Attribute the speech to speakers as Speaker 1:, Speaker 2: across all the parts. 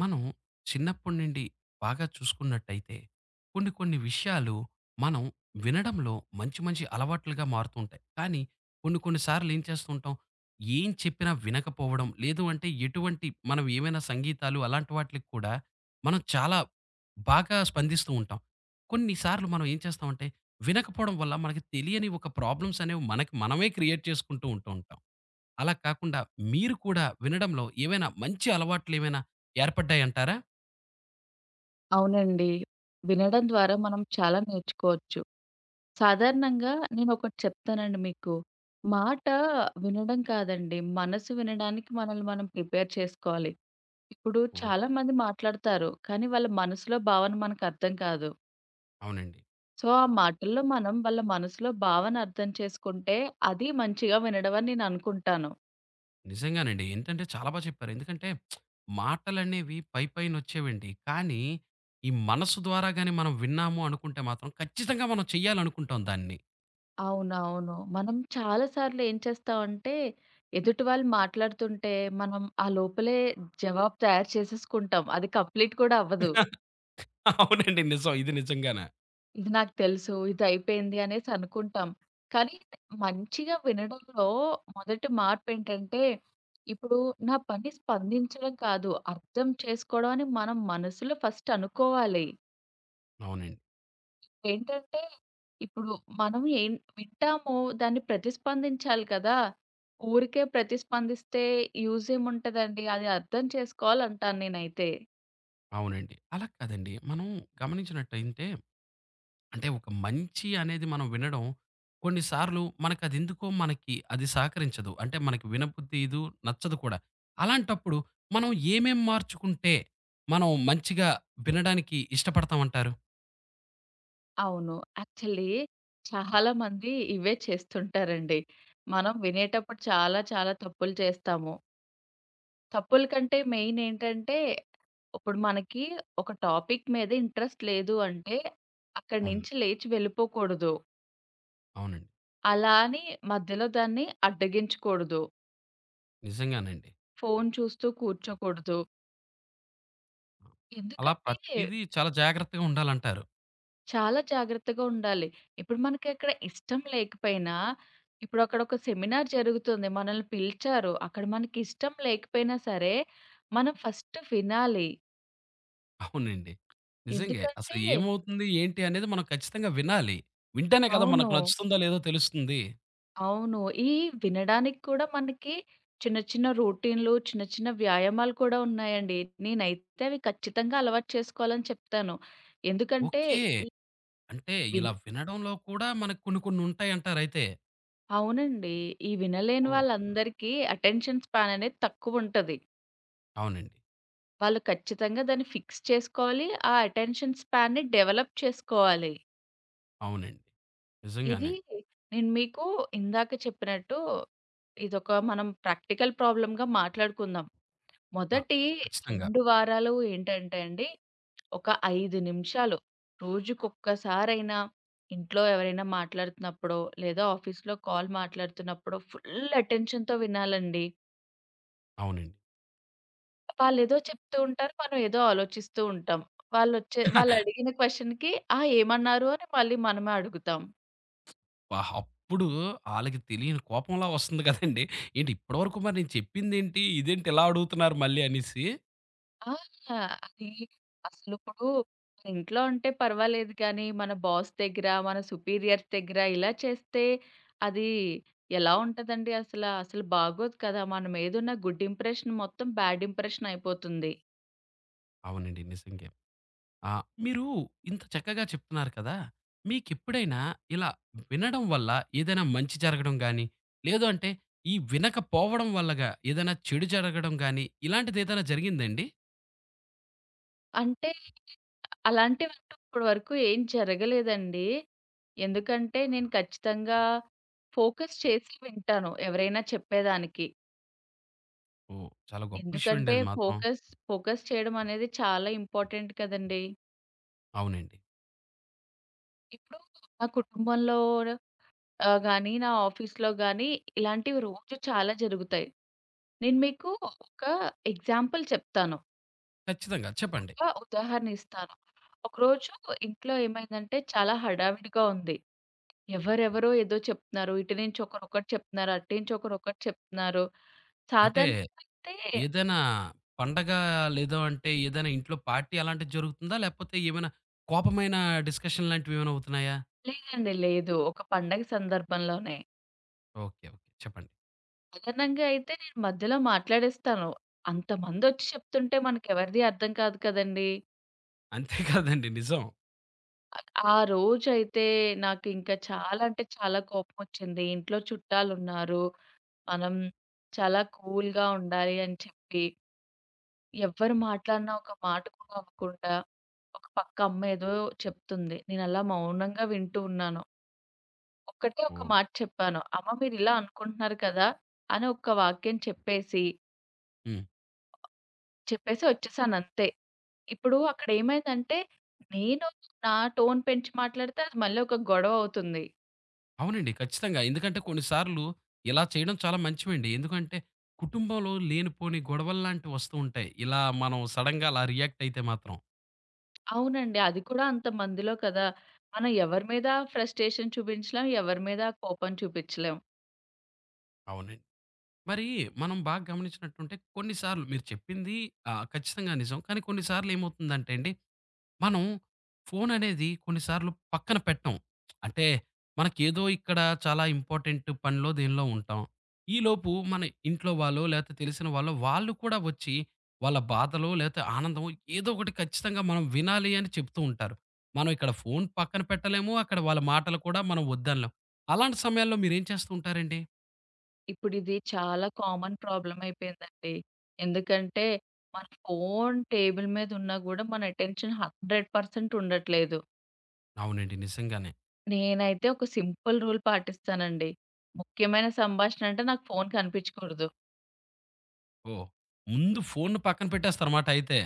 Speaker 1: మనం చిన్నప్పటి నుండి బాగా చూసుకున్నట్టయితే కొన్ని కొన్ని విషయాలు మనం వినడంలో మంచి మంచి అలవాట్లుగా మారుతూ ఉంటాయి. కానీ కొన్ని కొన్ని సార్లు ఏం చేస్తుంటాం, ఏం చెప్పినా వినకపోవడం, లేదు అంటే ఎటువంటి మనం ఏమైనా సంగీతాలు అలాంటి వాటిలకి కూడా మనం చాలా బాగా స్పందిస్తూ ఉంటాం. కొన్ని సార్లు మనం ఏం చేస్తామంటే వినకపోవడం వల్ల మనకి తెలియని ఒక ప్రాబ్లమ్స్ అనేవి మనకి మనమే క్రియేట్ చేసుకుంటూ ఉంటాం. అలా కాకుండా మీరు కూడా వినడంలో ఏవైనా మంచి అలవాట్లేమైనా ఏర్పడ్డాయంటారా?
Speaker 2: అవునండి. వినడం ద్వారా మనం చాలా నేర్చుకోవచ్చు. సాధారణంగా నేనొకటి చెప్తానండి మీకు. మాట వినడం కాదండి. మనసు వినడానికి మనల్ని మనం ప్రిపేర్ చేసుకోవాలి. ఇప్పుడు
Speaker 1: ఓహ్!
Speaker 2: చాలామంది మాట్లాడతారు. కానీ వాళ్ళ మనసులో భావన మనకు అర్థం కాదు.
Speaker 1: అవునండి.
Speaker 2: సో, ఆ మాటల్లో మనం వాళ్ళ మనసులో భావన అర్థం చేసుకుంటే అది మంచిగా వినడం అని నేననుకుంటాను.
Speaker 1: నిజంగానండి. ఏంటంటే చాలా బా చెప్పారు. ఎందుకంటే మాటలనేవి పైపైనొచ్చేవండి. కానీ ఈ మనసు ద్వారా గాని మనం విన్నాము అనుకుంటే మాత్రం ఖచ్చితంగా మనం చెయ్యాలనుకుంటాం దాన్ని.
Speaker 2: అవునవును. మనం చాలా సార్లు ఏం చేస్తామంటే, ఎదుటి వాళ్ళు మాట్లాడుతుంటే, మనం ఆ లోపలే జవాబు తయారు చేసేసుకుంటాం. అది కంప్లీట్ కూడా అవ్వదు.
Speaker 1: అవునండి. నిజం. ఇది నిజంగానే.
Speaker 2: ఇది నాకు తెలుసు, ఇది అయిపోయింది అనేసి అనుకుంటాం. కానీ మంచిగా వినడంలో మొదటి మార్పేంటంటే, ఇప్పుడు నా పని స్పందించడం కాదు, అర్థం చేసుకోవడం అని మనం మనసులో ఫస్ట్ అనుకోవాలి.
Speaker 1: అవునండి.
Speaker 2: ఏంటంటే, ఇప్పుడు మనం ఏం వింటామో దాన్ని ప్రతిస్పందించాలి కదా! ఊరికే ప్రతిస్పందిస్తే యూజ్ ఏముంటదండి? అది అర్థం చేసుకోవాలంటాను నేనైతే.
Speaker 1: అవునండి. అలా కాదండి. మనం గమనించినట్టయింటే అంటే ఒక మంచి అనేది మనం వినడం కొన్నిసార్లు మనకదెందుకో మనకి అది సహకరించదు. అంటే మనకి వినబుద్దియదు, నచ్చదు కూడా. అలాంటప్పుడు మనం ఏమేం మార్చుకుంటే మనం మంచిగా వినడానికి ఇష్టపడతామంటారు?
Speaker 2: అవును. యాక్చువల్లీ చాలామంది ఇవే చేస్తుంటారండి. మనం వినేటప్పుడు చాలా చాలా తప్పులు చేస్తాము. తప్పుల కంటే మెయిన్ ఏంటంటే, ఇప్పుడు మనకి ఒక టాపిక్ మీద ఇంట్రెస్ట్ లేదు అంటే, అక్కడి
Speaker 1: అవును.
Speaker 2: నుంచి లేచి వెళ్ళిపోకూడదు.
Speaker 1: అవునండి.
Speaker 2: అలా అని మధ్యలో దాన్ని అడ్డగించకూడదు.
Speaker 1: నిజంగానండి.
Speaker 2: ఫోను చూస్తూ కూర్చోకూడదు.
Speaker 1: అలా
Speaker 2: ఎందుకంటే,
Speaker 1: ప్రతీదీ చాలా జాగ్రత్తగా ఉండాలంటారు.
Speaker 2: చాలా జాగ్రత్తగా ఉండాలి. ఇప్పుడు మనకక్కడ ఇష్టం లేకపోయినా, ఇప్పుడు అక్కడొక సెమినార్ జరుగుతుంది. మనల్ని పిలిచారు. అక్కడ మనకిష్టం లేకపోయినా సరే, మనం ఫస్ట్ వినాలి.
Speaker 1: అవునండి. నిజంగే. అసలు
Speaker 2: ఎందుకంటే
Speaker 1: ఏమవుతుంది, ఏంటి అనేది మనం ఖచ్చితంగా వినాలి. వింటేనే కదా
Speaker 2: అవును.
Speaker 1: మనకు నచ్చుతుందో లేదో తెలుస్తుంది.
Speaker 2: అవును. ఈ వినడానికి కూడా మనకి చిన్న చిన్న రొటీన్‌లు, చిన్న చిన్న వ్యాయామాలు కూడా ఉన్నాయండి. నేనైతే అవి ఖచ్చితంగా అలవాటు చేసుకోవాలని చెప్తాను. ఎందుకంటే,
Speaker 1: ఓకే.
Speaker 2: ఈ
Speaker 1: అంటే
Speaker 2: విన్
Speaker 1: ఇలా వినడంలో కూడా మనకు కొన్ని కొన్ని ఉంటాయంటారైతే.
Speaker 2: అవునండి. ఈ వినలేని
Speaker 1: ఓహ్!
Speaker 2: వాళ్ళందరికీ అటెన్షన్ స్పాన్ అనేది తక్కువుంటది.
Speaker 1: అవునండి.
Speaker 2: వాళ్ళు ఖచ్చితంగా దాన్ని ఫిక్స్ చేసుకోవాలి. ఆ అటెన్షన్ స్పాన్‌ని డెవలప్ చేసుకోవాలి.
Speaker 1: అవునండి.
Speaker 2: ఇది
Speaker 1: నిజంగానే.
Speaker 2: నేను మీకు ఇందాక చెప్పినట్టు ఇదొక మనం ప్రాక్టికల్ ప్రాబ్లమ్‌గా మాట్లాడుకుందాం.
Speaker 1: ఆ!
Speaker 2: మొదటి
Speaker 1: ఖచ్చితంగా.
Speaker 2: 2 వారాలు ఏంటంటే అండి, ఒక 5 నిమిషాలు రోజుకొక్కసారైనా ఇంట్లో ఎవరైనా మాట్లాడుతున్నప్పుడో, లేదా ఆఫీస్‌లో కాల్ మాట్లాడుతున్నప్పుడో ఫుల్ అటెన్షన్‌తో వినాలండి.
Speaker 1: అవునండి.
Speaker 2: వాళ్ళేదో చెప్తూ ఉంటారు. మనం ఏదో ఆలోచిస్తూ ఉంటాం. వాళ్ళొచ్చే వాళ్ళడిగిన క్వెషన్‌కి ఆ! ఏమన్నారు? అని మళ్ళీ మనమే అడుగుతాం.
Speaker 1: వాహ్! అప్పుడు ఆళ్ళకి తెలియని కోపంలా వస్తుంది కదండీ. ఏంటి ఇప్పటివరకు మరి నేను చెప్పిందేంటి? ఇదేంటి ఇలా అడుగుతున్నారు మళ్ళీ అనేసి.
Speaker 2: ఆ! అది అసలిప్పుడు మన ఇంట్లో అంటే పర్వాలేదు కానీ, మన బాస్ దగ్గర, మన సుపీరియర్స్ దగ్గర ఇలా చేస్తే అది ఎలా ఉంటదండి అసల? అసలు బాగోదు కదా! మన మీదున్న గుడ్ ఇంప్రెషన్ మొత్తం బ్యాడ్ ఇంప్రెషన్ అయిపోతుంది.
Speaker 1: అవునండి. నిజంగే. ఆ! మీరు ఇంత చక్కగా చెప్తున్నారు కదా! మీకెప్పుడైనా ఇలా వినడం వల్ల ఏదైనా మంచి జరగడం గానీ, లేదు అంటే ఈ వినకపోవడం వల్లగా ఏదైనా చెడు జరగడం గానీ, ఇలాంటిదేదైనా జరిగిందండి?
Speaker 2: అంటే అలాంటివంటూ ఇప్పటి వరకు ఏం జరగలేదండి. ఎందుకంటే నేను ఖచ్చితంగా ఫోకస్ చేసి వింటాను ఎవరైనా చెప్పేదానికి.
Speaker 1: ఓహ్! చాలా గొప్ప విషయం అండి
Speaker 2: ఎందుకంటే
Speaker 1: అది మాత్రం.
Speaker 2: ఫోకస్ చేయడం అనేది చాలా ఇంపార్టెంట్ కదండీ!
Speaker 1: అవునండి.
Speaker 2: ఇప్పుడు నా కుటుంబంలో గాని, నా ఆఫీస్‌లో గాని ఇలాంటివి రోజు చాలా జరుగుతాయి. నేను మీకు ఒక ఎగ్జాంపుల్ చెప్తాను.
Speaker 1: ఖచ్చితంగా చెప్పండి.
Speaker 2: ఒక ఉదాహరణ ఇస్తాను. ఒకరోజు ఇంట్లో ఏమైందంటే చాలా హడావిడిగా ఉంది. ఎవరెవరో ఏదో చెప్తున్నారు. ఇటు నుంచి ఒకరొకటి చెప్తున్నారు. అటు నుంచి ఒకరొకటి చెప్తున్నారు.
Speaker 1: అంటే
Speaker 2: సాధారణంగా అయితే
Speaker 1: ఏదైనా పండగ లేదా అంటే ఏదైనా ఇంట్లో పార్టీ అలాంటిది జరుగుతుందా? లేకపోతే ఏమైనా కోపమైన డిస్కషన్ లాంటివి ఏమైనా అవుతున్నాయా?
Speaker 2: లేదండి. లేదు. ఒక పండగ సందర్భంలోనే.
Speaker 1: ఓకే. ఓకే. చెప్పండి.
Speaker 2: సాధారణంగా అయితే నేను మధ్యలో మాట్లాడేస్తాను. అంతమందొచ్చి చెప్తుంటే మనకెవరిది అర్థం కాదు కదండీ!
Speaker 1: అంతే కాదండి నిజం.
Speaker 2: ఆహ్, ఆ రోజైతే నాకింకా చాలా అంటే చాలా కోపమొచ్చింది. ఇంట్లో చుట్టాలున్నారు. మనం చాలా కూల్‌గా ఉండాలి అని చెప్పి ఎవ్వరు మాట్లాడినా ఒక మాట కూడా అనకుండా, ఒక పక్క అమ్మేదో చెప్తుంది. నేనలా మౌనంగా వింటూ ఉన్నాను. ఒక్కటే ఒక
Speaker 1: ఓహ్!
Speaker 2: మాట చెప్పాను. "అమ్మ మీరిలా అనుకుంటున్నారు కదా!" అని ఒక్క వాక్యం చెప్పేసి,
Speaker 1: హ్మ్.
Speaker 2: చెప్పేసి వచ్చేసానంతే. ఇప్పుడు అక్కడేమైందంటే, నేను నా టోన్ పెంచి మాట్లాడితే అది మళ్ళీ ఒక గొడవ అవుతుంది.
Speaker 1: అవునండి. ఖచ్చితంగా. ఎందుకంటే కొన్ని సార్లు ఇలా చేయడం చాలా మంచివండి. ఎందుకంటే కుటుంబంలో లేనిపోని గొడవలు లాంటివి వస్తూ ఉంటాయి. ఇలా మనం సడెన్‌గా అలా రియాక్ట్ అయితే మాత్రం.
Speaker 2: అవునండి. అది కూడా అంత మందిలో కదా! మనం ఎవరి మీద ఫ్రస్ట్రేషన్ చూపించలేం. ఎవరి మీద కోపం చూపించలేం.
Speaker 1: అవునండి. మరి మనం బాగా గమనించినట్టుంటే కొన్నిసార్లు మీరు చెప్పింది ఆహ్, ఖచ్చితంగా నిజం. కానీ కొన్నిసార్లు ఏమవుతుందంటే అండి, మనం ఫోన్ అనేది కొన్నిసార్లు పక్కన పెట్టం. అంటే మనకేదో ఇక్కడ చాలా ఇంపార్టెంట్ పనిలో దేనిలో ఉంటాం. ఈలోపు మన ఇంట్లో వాళ్ళో లేతే తెలిసిన వాళ్ళో వాళ్ళు కూడా వచ్చి వాళ్ళ బాధలో లేతే ఆనందమో ఏదో ఒకటి ఖచ్చితంగా మనం వినాలి అని చెప్తూ ఉంటారు. మనం ఇక్కడ ఫోన్ పక్కన పెట్టలేము. అక్కడ వాళ్ళ మాటలు కూడా మనం వద్దనలేం. అలాంటి సమయాల్లో మీరేం చేస్తూ ఉంటారండి?
Speaker 2: ఇప్పుడిది చాలా కామన్ ప్రాబ్లమ్ అయిపోయిందండి. ఎందుకంటే, మన ఫోను టేబుల్ మీద ఉన్నా గూడా మన అటెన్షన్ 100% ఉండట్లేదు.
Speaker 1: అవునండి. నిజంగానే.
Speaker 2: నేనైతే ఒక సింపుల్ రూల్ పాటిస్తానండి. ముఖ్యమైన సంభాషణ అంటే నాకు ఫోను కనిపించకూడదు.
Speaker 1: ఓహ్! ముందు ఫోన్‌ని పక్కన పెట్టేస్తారమాట అయితే.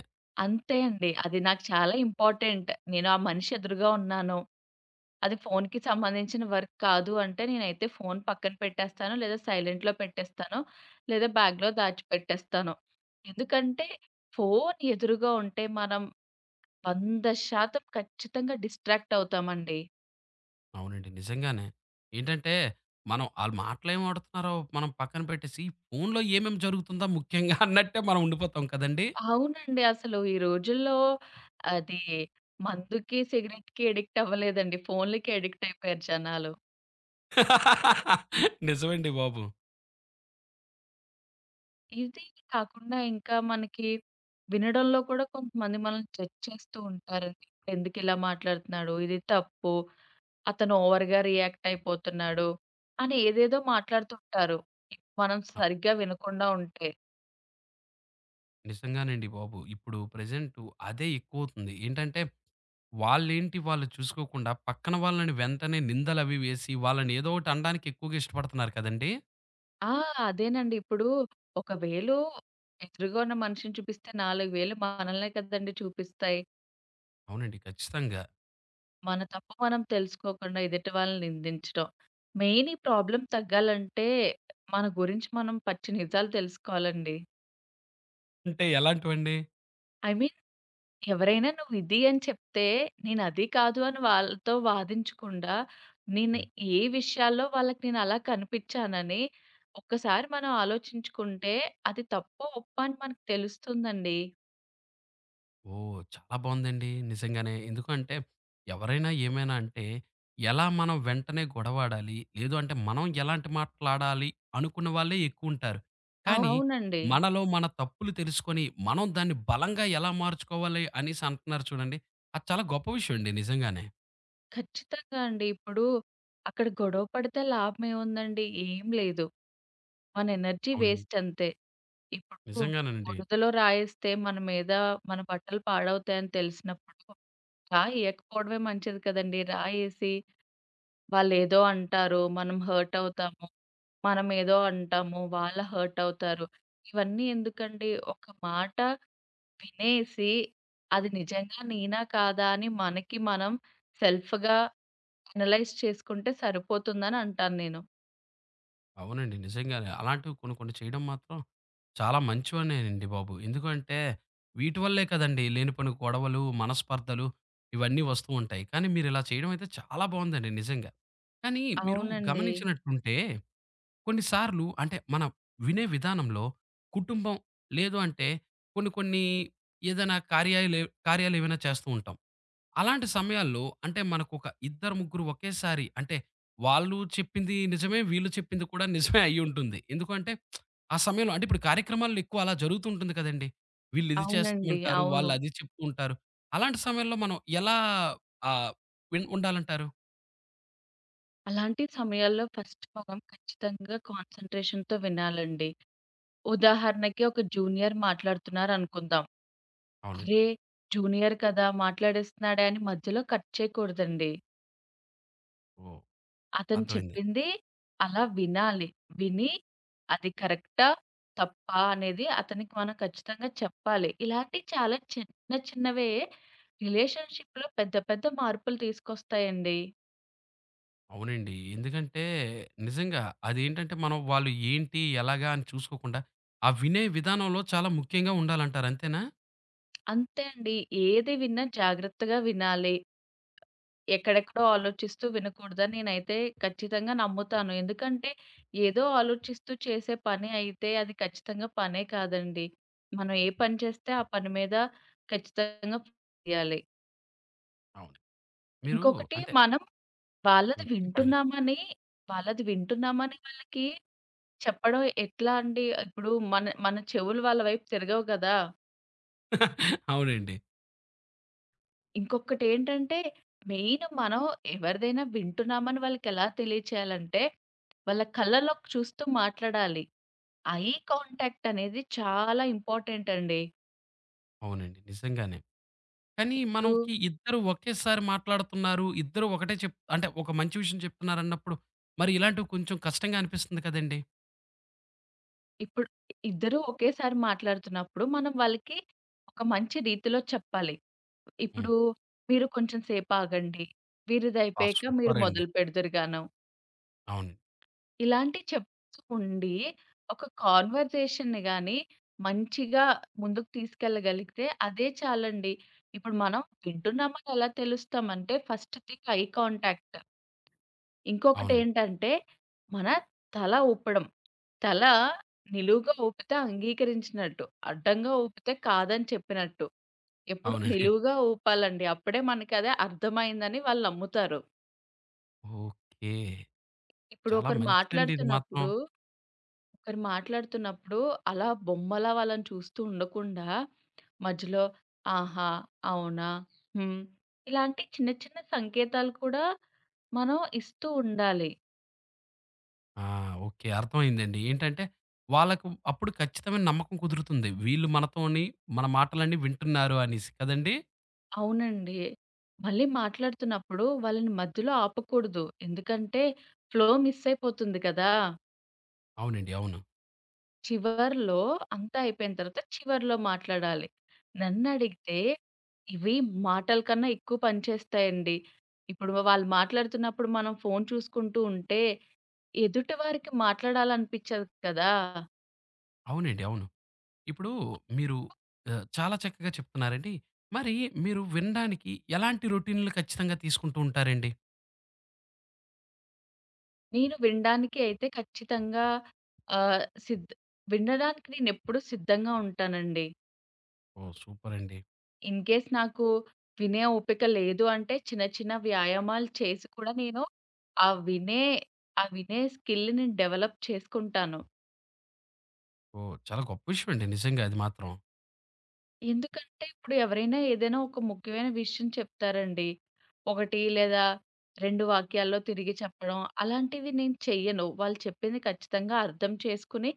Speaker 2: అంతే అండి. అది నాకు చాలా ఇంపార్టెంట్. నేను ఆ మనిషి ఎదురుగా ఉన్నాను. అది ఫోన్‌కి సంబంధించిన వర్క్ కాదు అంటే నేనైతే ఫోన్ పక్కన పెట్టేస్తాను. లేదా సైలెంట్‌లో పెట్టేస్తాను. లేదా బ్యాగ్‌లో దాచిపెట్టేస్తాను. ఎందుకంటే ఫోన్ ఎదురుగా ఉంటే మనం 100% ఖచ్చితంగా డిస్ట్రాక్ట్ అవుతామండి.
Speaker 1: అవునండి. నిజంగానే. ఏంటంటే, మనం ఆళ్ళు మాటలేమాడుతున్నారో మనం పక్కన పెట్టేసి, ఫోన్‌లో ఏమేమి జరుగుతుందా ముఖ్యంగా అన్నట్టే మనం ఉండిపోతాం కదండీ!
Speaker 2: అవునండి. అసలు ఈ రోజుల్లో అది మందుకి, సిగరెట్‌కి అడిక్ట్ అవ్వలేదండి. ఫోన్‌లకి అడిక్ట్ అయిపోయారు జనాలు.
Speaker 1: నిజమండి బాబు.
Speaker 2: ఇది కాకుండా ఇంకా మనకి వినడంలో కూడా కొంతమంది మనల్ని జడ్జ్ చేస్తూ ఉంటారండి. ఎందుకిలా మాట్లాడుతున్నాడు? ఇది తప్పు. అతను ఓవర్‌గా రియాక్ట్ అయిపోతున్నాడు. అని ఏదేదో మాట్లాడుతుంటారు. మనం
Speaker 1: అ!
Speaker 2: సరిగ్గా వినకుండా ఉంటే.
Speaker 1: నిజంగానండి బాబు. ఇప్పుడు ప్రెజెంటు అదే ఎక్కువవుతుంది. ఏంటంటే, వాళ్ళేంటి వాళ్ళు చూసుకోకుండా, పక్కన వాళ్ళని వెంటనే నిందలవి వేసి, వాళ్ళని ఏదో ఒకటి అనడానికి ఎక్కువగా ఇష్టపడుతున్నారు కదండీ!
Speaker 2: ఆ! అదేనండి. ఇప్పుడు ఒక వేలు ఎదురుగా ఉన్న మనిషిని చూపిస్తే 4 వేలు మనల్నే కదండీ చూపిస్తాయి.
Speaker 1: అవునండి. ఖచ్చితంగా.
Speaker 2: మన తప్పు మనం తెలుసుకోకుండా ఎదుటి వాళ్ళని నిందించడం. మెయిన్ ఈ ప్రాబ్లమ్ తగ్గాలంటే మన గురించి మనం పచ్చి నిజాలు తెలుసుకోవాలండి.
Speaker 1: అంటే ఎలాంటివండి?
Speaker 2: ఐ మీన్ ఎవరైనా నువ్వు ఇది అని చెప్తే నేను అది కాదు అని వాళ్ళతో వాదించకుండా, నేను ఏ విషయాల్లో వాళ్ళకి నేను అలా కనిపించానని ఒక్కసారి మనం ఆలోచించుకుంటే అది తప్పో, ఒప్పో అని మనకు తెలుస్తుందండి.
Speaker 1: ఓహ్! చాలా బావుందండి. నిజంగానే. ఎందుకంటే ఎవరైనా ఏమైనా అంటే ఎలా మనం వెంటనే గొడవాడాలి, లేదు అంటే మనం ఎలాంటి మాటలాడాలి అనుకున్న వాళ్ళే ఎక్కువుంటారు. కానీ
Speaker 2: అవునండి.
Speaker 1: మనలో మన తప్పులు తెలుసుకొని మనం దాన్ని బలంగా ఎలా మార్చుకోవాలి అనేసి అంటున్నారు చూడండి. అది చాలా గొప్ప విషయం అండి నిజంగానే.
Speaker 2: ఖచ్చితంగా అండి. ఇప్పుడు అక్కడ గొడవ పడితే లాభమేముందండి? ఏం లేదు. మన ఎనర్జీ
Speaker 1: అవును.
Speaker 2: వేస్ట్ అంతే. ఇప్పుడు
Speaker 1: నిజంగానేనండి.
Speaker 2: బురదలో రాయేస్తే మన మీద మన బట్టలు పాడవుతాయని తెలిసినప్పుడు రాయి ఎయకపోవడమే మంచిది కదండీ! రాయేసి వాళ్ళేదో అంటారు. మనం హర్ట్ అవుతాము. మనమేదో అంటాము. వాళ్ళు హర్ట్ అవుతారు. ఇవన్నీ ఎందుకండి? ఒక మాట వినేసి అది నిజంగా నేనా? కాదా? అని మనకి మనం సెల్ఫ్‌గా అనలైజ్ చేసుకుంటే సరిపోతుందని అంటాను నేను.
Speaker 1: అవునండి. నిజంగానే అలాంటివి కొన్ని కొన్ని చేయడం మాత్రం చాలా మంచివనేనండి బాబు. ఎందుకంటే వీటి వల్లే కదండీ లేనిపోని గొడవలు, మనస్పర్ధలు ఇవన్నీ వస్తూ ఉంటాయి. కానీ మీరిలా చేయడం అయితే చాలా బావుందండి నిజంగా. కానీ మీరు
Speaker 2: అవునండి.
Speaker 1: గమనించినట్టుంటే కొన్ని సార్లు అంటే మన వినే విధానంలో కుటుంబం లేదు అంటే కొన్ని కొన్ని ఏదైనా కార్యాలు కార్యాలేవైనా చేస్తూ ఉంటాం. అలాంటి సమయాల్లో అంటే మనకొక ఇద్దరు, ముగ్గురు ఒకేసారి అంటే వాళ్ళు చెప్పింది నిజమే, వీళ్ళు చెప్పింది కూడా నిజమే అయ్యుంటుంది. ఎందుకంటే ఆ సమయంలో అంటే ఇప్పుడు కార్యక్రమాల్లో ఎక్కువ అలా జరుగుతూ ఉంటుంది కదండీ. వీళ్ళిది
Speaker 2: అవునండి.
Speaker 1: చేస్తూంటారు,
Speaker 2: అవును.
Speaker 1: వాళ్ళది చెప్తూ ఉంటారు. అలాంటి సమయంలో మనం ఎలా ఆహ్, ఉండాలంటారు?
Speaker 2: అలాంటి సమయాల్లో ఫస్ట్ మనం ఖచ్చితంగా కాన్సంట్రేషన్‌తో వినాలండి. ఉదాహరణకి ఒక జూనియర్ మాట్లాడుతున్నారనుకుందాం.
Speaker 1: అవునండి.
Speaker 2: అరే! జూనియర్ కదా! మాట్లాడేస్తున్నాడే అని మధ్యలో కట్ చేయకూడదండి.
Speaker 1: ఓహ్!
Speaker 2: అతను
Speaker 1: అర్థమైంది.
Speaker 2: చెప్పింది అలా వినాలి. విని అది కరెక్టా? తప్పా? అనేది అతనికి మనం ఖచ్చితంగా చెప్పాలి. ఇలాంటి చాలా చిన్న చిన్నవే రిలేషన్‌షిప్‌లో పెద్ద పెద్ద మార్పులు తీసుకొస్తాయండి.
Speaker 1: అవునండి. ఎందుకంటే నిజంగా అదేంటంటే మనం వాళ్ళు ఏంటి, ఎలాగా అని చూసుకోకుండా ఆ వినే విధానంలో చాలా ముఖ్యంగా ఉండాలంటారు. అంతేనా?
Speaker 2: అంతే అండి. ఏది విన్నా జాగ్రత్తగా వినాలి. ఎక్కడెక్కడో ఆలోచిస్తూ వినకూడదని నేనైతే ఖచ్చితంగా నమ్ముతాను. ఎందుకంటే, ఏదో ఆలోచిస్తూ చేసే పని అయితే అది ఖచ్చితంగా పనే కాదండి. మనం ఏ పని చేస్తే ఆ పని మీద ఖచ్చితంగా చేయాలి.
Speaker 1: అవును. మీరు
Speaker 2: ఇంకొకటి
Speaker 1: అంటే
Speaker 2: మనం వాళ్ళది
Speaker 1: హ్మ్. చెప్పండి.
Speaker 2: వింటున్నామని, వాళ్ళది వింటున్నామని వాళ్ళకి చెప్పడం ఎట్లా అండి, ఇప్పుడు మన మన చెవులు వాళ్ళ వైపు తిరగవు గదా!
Speaker 1: అవునండి.
Speaker 2: ఇంకొకటేంటంటే, మెయిన్ మనం ఎవరిదైనా వింటున్నామని వాళ్ళకెలా తెలియచేయాలంటే, వాళ్ళ కళ్ళలోకి చూస్తూ మాట్లాడాలి. ఐ కాంటాక్ట్ అనేది చాలా ఇంపార్టెంట్ అండి.
Speaker 1: అవునండి. నిజంగానే. కానీ
Speaker 2: ఇప్పుడు,
Speaker 1: మనకి ఇద్దరు ఒకేసారి మాట్లాడుతున్నారు. ఇద్దరు ఒకటే అంటే ఒక మంచి విషయం చెప్తున్నారన్నప్పుడు మరి ఇలాంటివి కొంచెం కష్టంగా అనిపిస్తుంది కదండీ!
Speaker 2: ఇప్పుడు ఇద్దరూ ఒకేసారి మాట్లాడుతున్నప్పుడు మనం వాళ్ళకి ఒక మంచి రీతిలో చెప్పాలి.
Speaker 1: హ్మ్.
Speaker 2: ఇప్పుడు మీరు కొంచెం సేపు ఆగండి.
Speaker 1: ఆ!
Speaker 2: వీరిదైపోయాక మీరు
Speaker 1: సూపర్ అండి.
Speaker 2: మొదలు పెడదురుగాను.
Speaker 1: అవును.
Speaker 2: ఇలాంటివి చెప్తూ ఉండి, ఒక కాన్వర్జేషన్‌ని గాని మంచిగా ముందుకు తీసుకెళ్ళగలిగితే అదే చాలండి. ఇప్పుడు మనం వింటున్నామని ఎలా తెలుస్తామంటే ఫస్ట్ థింగ్ ఐ కాంటాక్ట్.
Speaker 1: అవునండి.
Speaker 2: ఇంకొకటేంటంటే మన తల ఊపడం. తల నిలువుగా ఊపితే అంగీకరించినట్టు, అడ్డంగా ఊపితే కాదని చెప్పినట్టు. ఎప్పుడు
Speaker 1: అవునండి.
Speaker 2: నిలువుగా ఊపాలండి. అప్పుడే మనకది అర్థమైందని వాళ్ళు నమ్ముతారు.
Speaker 1: ఓకే.
Speaker 2: ఇప్పుడు
Speaker 1: చాలా
Speaker 2: ఒకరు
Speaker 1: మంచిదండి ఇది మాత్రం.
Speaker 2: మాట్లాడుతున్నప్పుడు ఒకరు మాట్లాడుతున్నప్పుడు అలా బొమ్మలా వాళ్ళని చూస్తూ ఉండకుండా, మధ్యలో ఆహా! అవునా? హ్మ్. ఇలాంటి చిన్న చిన్న సంకేతాలు కూడా మనం ఇస్తూ ఉండాలి.
Speaker 1: ఆ! ఓకే. అర్థమైందండి. ఏంటంటే వాళ్ళకు అప్పుడు ఖచ్చితమైన నమ్మకం కుదురుతుంది. వీళ్ళు మనతోని మన మాటలన్నీ వింటున్నారు అనేసి కదండీ!
Speaker 2: అవునండి. మళ్ళీ మాట్లాడుతున్నప్పుడు వాళ్ళని మధ్యలో ఆపకూడదు. ఎందుకంటే ఫ్లో మిస్ అయిపోతుంది కదా!
Speaker 1: అవునండి. అవును.
Speaker 2: చివర్లో అంతా అయిపోయిన తర్వాత చివర్లో మాట్లాడాలి. నన్నడిగితే ఇవి మాటల కన్నా ఎక్కువ పనిచేస్తాయండి. ఇప్పుడు వాళ్ళు మాట్లాడుతున్నప్పుడు మనం ఫోన్ చూసుకుంటూ ఉంటే ఎదుటి వారికి మాట్లాడాలనిపించదు కదా!
Speaker 1: అవునండి. అవును. ఇప్పుడు మీరు ఆహ్, చాలా చక్కగా చెప్తున్నారండి. మరి మీరు వినడానికి ఎలాంటి రొటీన్‌లు ఖచ్చితంగా తీసుకుంటూ ఉంటారండి?
Speaker 2: నేను వినడానికి అయితే ఖచ్చితంగా ఆహ్, సిద్ వినడానికి నేనెప్పుడూ సిద్ధంగా ఉంటానండి.
Speaker 1: ఓహ్! సూపరండి.
Speaker 2: ఇన్ కేస్ నాకు వినే ఓపిక లేదు అంటే, చిన్న చిన్న వ్యాయామాలు చేసి కూడా నేను ఆ వినే ఆ వినే స్కిల్‌ని డెవలప్ చేసుకుంటాను.
Speaker 1: ఓహ్! చాలా గొప్ప విషయమండి నిజంగా అది మాత్రం.
Speaker 2: ఎందుకంటే, ఇప్పుడు ఎవరైనా ఏదైనా ఒక ముఖ్యమైన విషయం చెప్తారండి. ఒకటి లేదా 2 వాక్యాల్లో తిరిగి చెప్పడం. అలాంటివి నేను చెయ్యను. వాళ్ళు చెప్పింది ఖచ్చితంగా అర్థం చేసుకుని,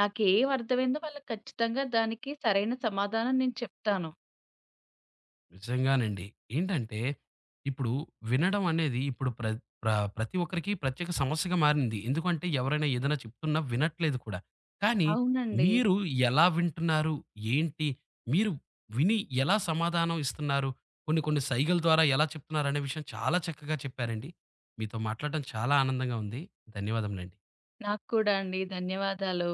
Speaker 2: నాకేం అర్థమైందో వాళ్ళకి ఖచ్చితంగా దానికి సరైన సమాధానం నేను చెప్తాను.
Speaker 1: నిజంగానండి. ఏంటంటే, ఇప్పుడు వినడం అనేది ఇప్పుడు ప్ర ప్ర ప్రతి ఒక్కరికి ప్రత్యేక సమస్యగా మారింది. ఎందుకంటే, ఎవరైనా ఏదైనా చెప్తున్నా వినట్లేదు కూడా. కానీ,
Speaker 2: అవునండి.
Speaker 1: మీరు ఎలా వింటున్నారు? ఏంటి? మీరు విని ఎలా సమాధానం ఇస్తున్నారు? కొన్ని కొన్ని సైగల ద్వారా ఎలా చెప్తున్నారు అనే విషయం చాలా చక్కగా చెప్పారండి. మీతో మాట్లాడడం చాలా ఆనందంగా ఉంది. ధన్యవాదములండి.
Speaker 2: నాకు కూడా అండి. ధన్యవాదాలు.